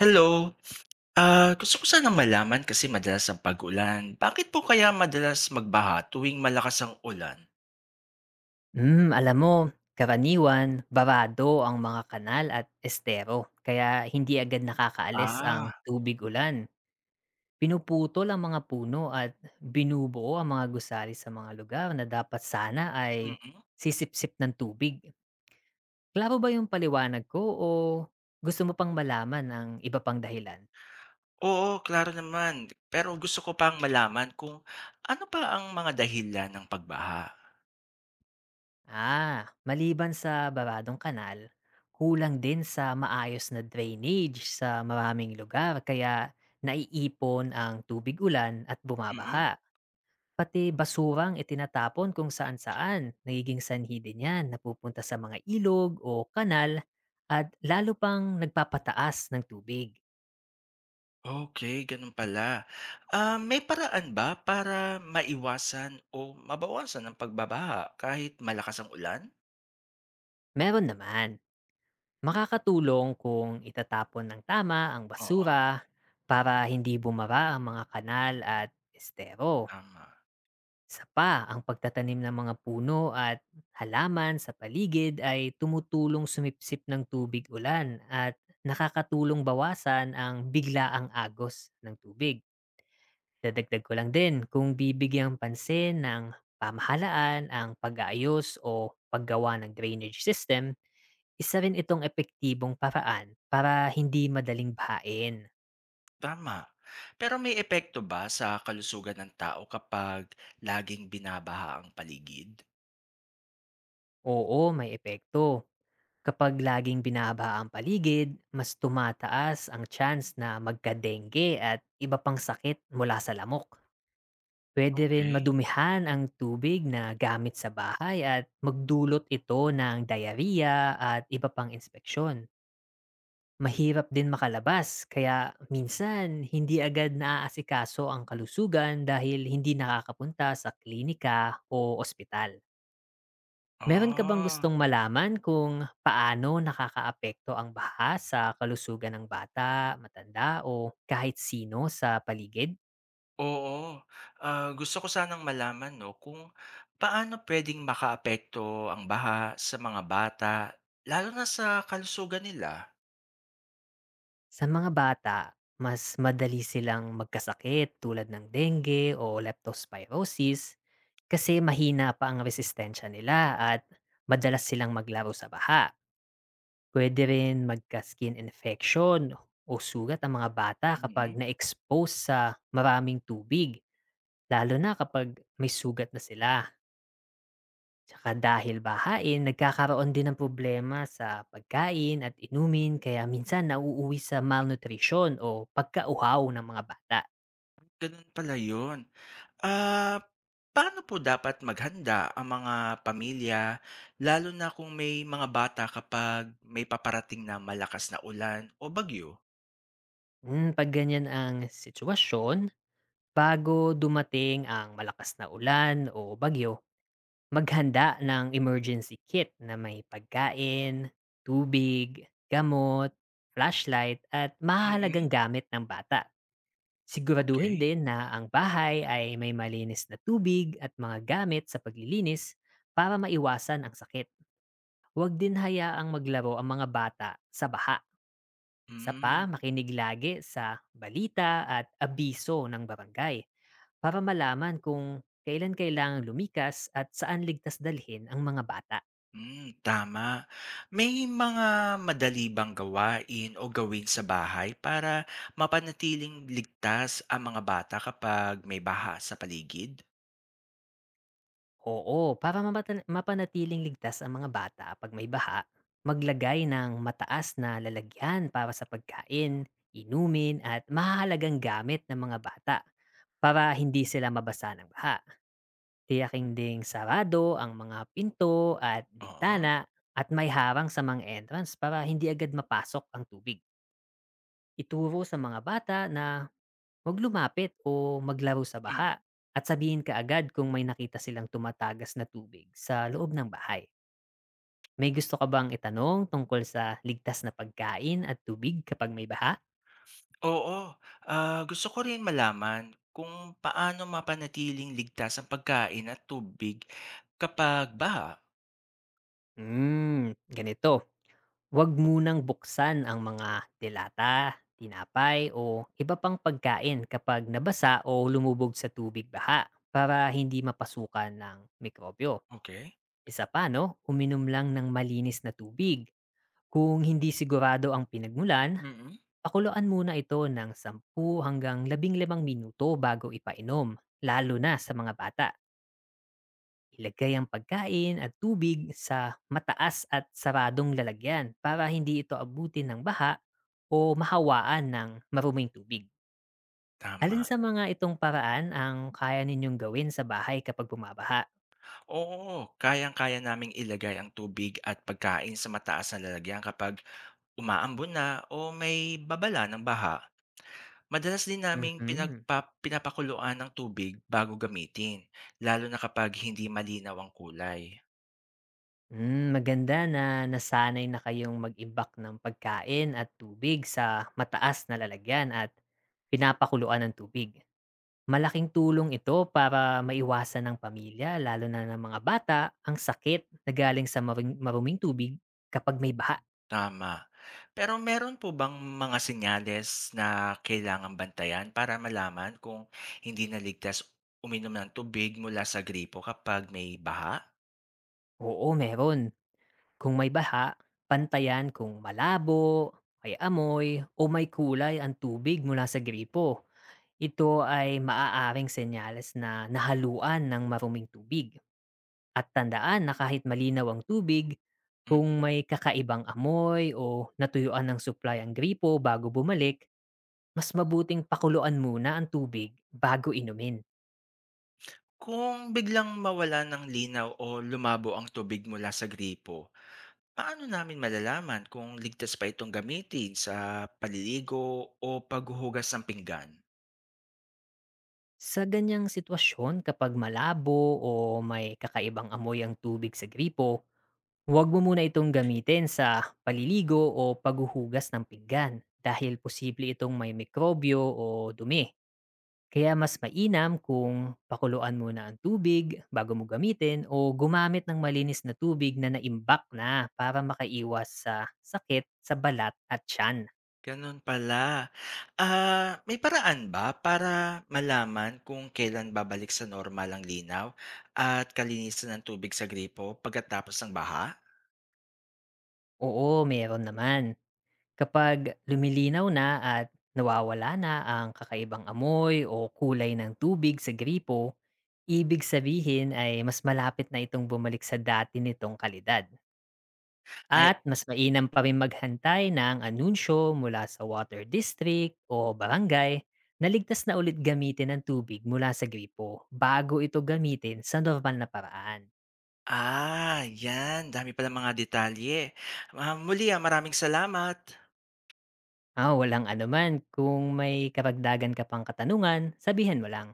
Hello. Ah, gusto ko sanang malaman kasi madalas ang pag-ulan. Bakit po kaya madalas magbaha tuwing malakas ang ulan? Alam mo, karaniwan barado ang mga kanal at estero kaya hindi agad nakakaalis ang Ah. tubig ulan. Pinuputol ang mga puno at binubuo ang mga gusali sa mga lugar na dapat sana ay Mm. sisipsip ng tubig. Klaro ba yung paliwanag ko o gusto mo pang malaman ang iba pang dahilan? Oo, klaro naman. Pero gusto ko pang malaman kung ano pa ang mga dahilan ng pagbaha. Ah, maliban sa babadong kanal, kulang din sa maayos na drainage sa maraming lugar kaya naiipon ang tubig ulan at Mm. bumabaha. Pati basurang itinatapon kung saan-saan, nagiging sanhi din yan napupunta sa mga ilog o kanal at lalo pang nagpapataas ng tubig. Okay, ganun pala. Ah, may paraan ba para maiwasan o mabawasan ang pagbabaha kahit malakas ang ulan? Meron naman, makakatulong kung itatapon ng tama ang Oo, basura para hindi bumara ang mga kanal at estero. tama. Isa pa, ang pagtatanim ng mga puno at halaman sa paligid ay tumutulong sumipsip ng tubig ulan at nakakatulong bawasan ang biglaang agos ng tubig. Dadagdag ko lang din kung bibigyang pansin ng pamahalaan ang pag-aayos o paggawa ng drainage system, isa rin itong epektibong paraan para hindi madaling bahain. Tama. Pero may epekto ba sa kalusugan ng tao kapag laging binabaha ang paligid? Oo, may epekto. Kapag laging binaba ang paligid, mas tumataas ang chance na magka-dengue at iba pang sakit mula sa lamok. Pwede rin Okay. madumihan ang tubig na gamit sa bahay at magdulot ito ng diarrhea at iba pang inspeksyon. Mahirap din makalabas kaya minsan hindi agad naaasikaso ang kalusugan dahil hindi nakakapunta sa klinika o ospital. Meron ka bang Ah, gustong malaman kung paano nakakaapekto ang baha sa kalusugan ng bata, matanda o kahit sino sa paligid? oo. Ah, gusto ko sanang malaman 'no, kung paano puwedeng makaapekto ang baha sa mga bata, lalo na sa kalusugan nila? Sa mga bata, mas madali silang magkasakit tulad ng dengue o leptospirosis kasi mahina pa ang resistensya nila at madalas silang maglaro sa baha. Pwede rin magka-skin infection o sugat ang mga bata kapag Mm, na-expose sa maraming tubig. Lalo na kapag may sugat na sila. Tsaka dahil bahain, nagkakaroon din ng problema sa pagkain at inumin kaya minsan nauuwi sa malnutrition o pagkauhaw ng mga bata. gano'n pala 'yun. Ah, paano po dapat maghanda ang mga pamilya lalo na kung may mga bata kapag may paparating na malakas na ulan o bagyo? Pag ganyan ang sitwasyon, bago dumating ang malakas na ulan o bagyo, maghanda ng emergency kit na may pagkain, tubig, gamot, flashlight at mahalagang Mm. gamit ng bata. Siguraduhin Okey. din na ang bahay ay may malinis na tubig at mga gamit sa paglilinis para maiwasan ang sakit. Huwag din hayaang maglaro ang mga bata sa baha. Isa pa, Hmm. makinig lagi sa balita at abiso ng barangay para malaman kung kailan kailangang lumikas at saan ligtas dalhin ang mga bata. Hmm, tama. May mga madali bang gawain o gawin sa bahay para mapanatiling ligtas ang mga bata kapag may baha sa paligid? Oo, para mapanatiling ligtas ang mga bata pag may baha, maglagay ng mataas na lalagyan para sa pagkain, inumin at mahalagang gamit ng mga bata para hindi sila mabasa ng baha. Tiyaking ding sarado ang mga pinto at Oo. bintana at may harang sa mga entrance para hindi agad mapasok ang tubig. Ituro sa mga bata na huwag lumapit o maglaro sa baha at sabihin ka agad kung may nakita silang tumatagas na tubig sa loob ng bahay. May gusto ka bang itanong tungkol sa ligtas na pagkain at tubig kapag may baha? Oo, ah, gusto ko rin malaman kung paano mapanatiling ligtas ang pagkain at tubig kapag baha. Ganito. Huwag munang buksan ang mga delata, tinapay o iba pang pagkain kapag nabasa o lumubog sa tubig baha para hindi mapasukan ng mikrobyo. Okay. Isa pa, no? Uminom lang ng malinis na tubig kung hindi sigurado ang pinagmulan. Mm, Pakuluan muna ito ng 10 hanggang 15 minuto bago ipainom, lalo na sa mga bata. Ilagay ang pagkain at tubig sa mataas at saradong lalagyan para hindi ito abutin ng baha o mahawaan ng maruming tubig. Alin tama. sa mga itong paraan ang kaya ninyong gawin sa bahay kapag bumabaha? Oo, kayang-kaya naming ilagay ang tubig at pagkain sa mataas na lalagyan kapag umaambon na o may babala ng baha. Madalas din naming Mhm. Pinapakuluan ang tubig bago gamitin, lalo na kapag hindi malinaw ang kulay. Maganda na nasanay na kayong mag-imbak ng pagkain at tubig sa mataas na lalagyan at pinapakuluan ng tubig. Malaking tulong ito para maiwasan ng pamilya, lalo na ng mga bata, ang sakit na galing sa maruming tubig kapag may baha. Tama. Pero meron po bang mga senyales na kailangan bantayan para malaman kung hindi na uminom ng tubig mula sa gripo kapag may baha? Oo, meron. Kung may baha, pantayan kung malabo, may amoy, o may kulay ang tubig mula sa gripo. Ito ay maaaring senyales na nahaluan ng maruming tubig. At tandaan na kahit malinaw ang tubig, kung Mhm. may kakaibang amoy o natuyuan ng supply ang gripo bago bumalik, mas mabuting pakuluan muna ang tubig bago inumin. Kung biglang mawala ng linaw o lumabo ang tubig mula sa gripo, paano namin malalaman kung ligtas pa itong gamitin sa paliligo o paghuhugas ng pinggan? Sa ganyang sitwasyon, kapag malabo o may kakaibang amoy ang tubig sa gripo, huwag mo muna itong gamitin sa paliligo o paghuhugas ng pinggan dahil posible itong may mikrobyo o dumi. Kaya mas mainam kung pakuluan muna ang tubig bago mo gamitin o gumamit ng malinis na tubig na naimbak na para makaiwas sa sakit sa balat at tiyan. Gano'n pala. Ah, may paraan ba para malaman kung kailan babalik sa normal ang linaw at kalinisan ng tubig sa gripo pagkatapos ng baha? Oo, meron naman. Kapag lumilinaw na at nawawala na ang kakaibang amoy o kulay ng tubig sa gripo, ibig sabihin ay mas malapit na itong bumalik sa dati nitong kalidad. Ay, At mas mainam pa rin maghantay ng anunsyo mula sa water district o barangay na ligtas na ulit gamitin ang tubig mula sa gripo bago ito gamitin sa normal na paraan. ah, 'yan. Dami palang mga detalye. Ah, muli, ah, maraming salamat. Ah, walang anuman. Kung may karagdagan ka pang katanungan, sabihin mo lang.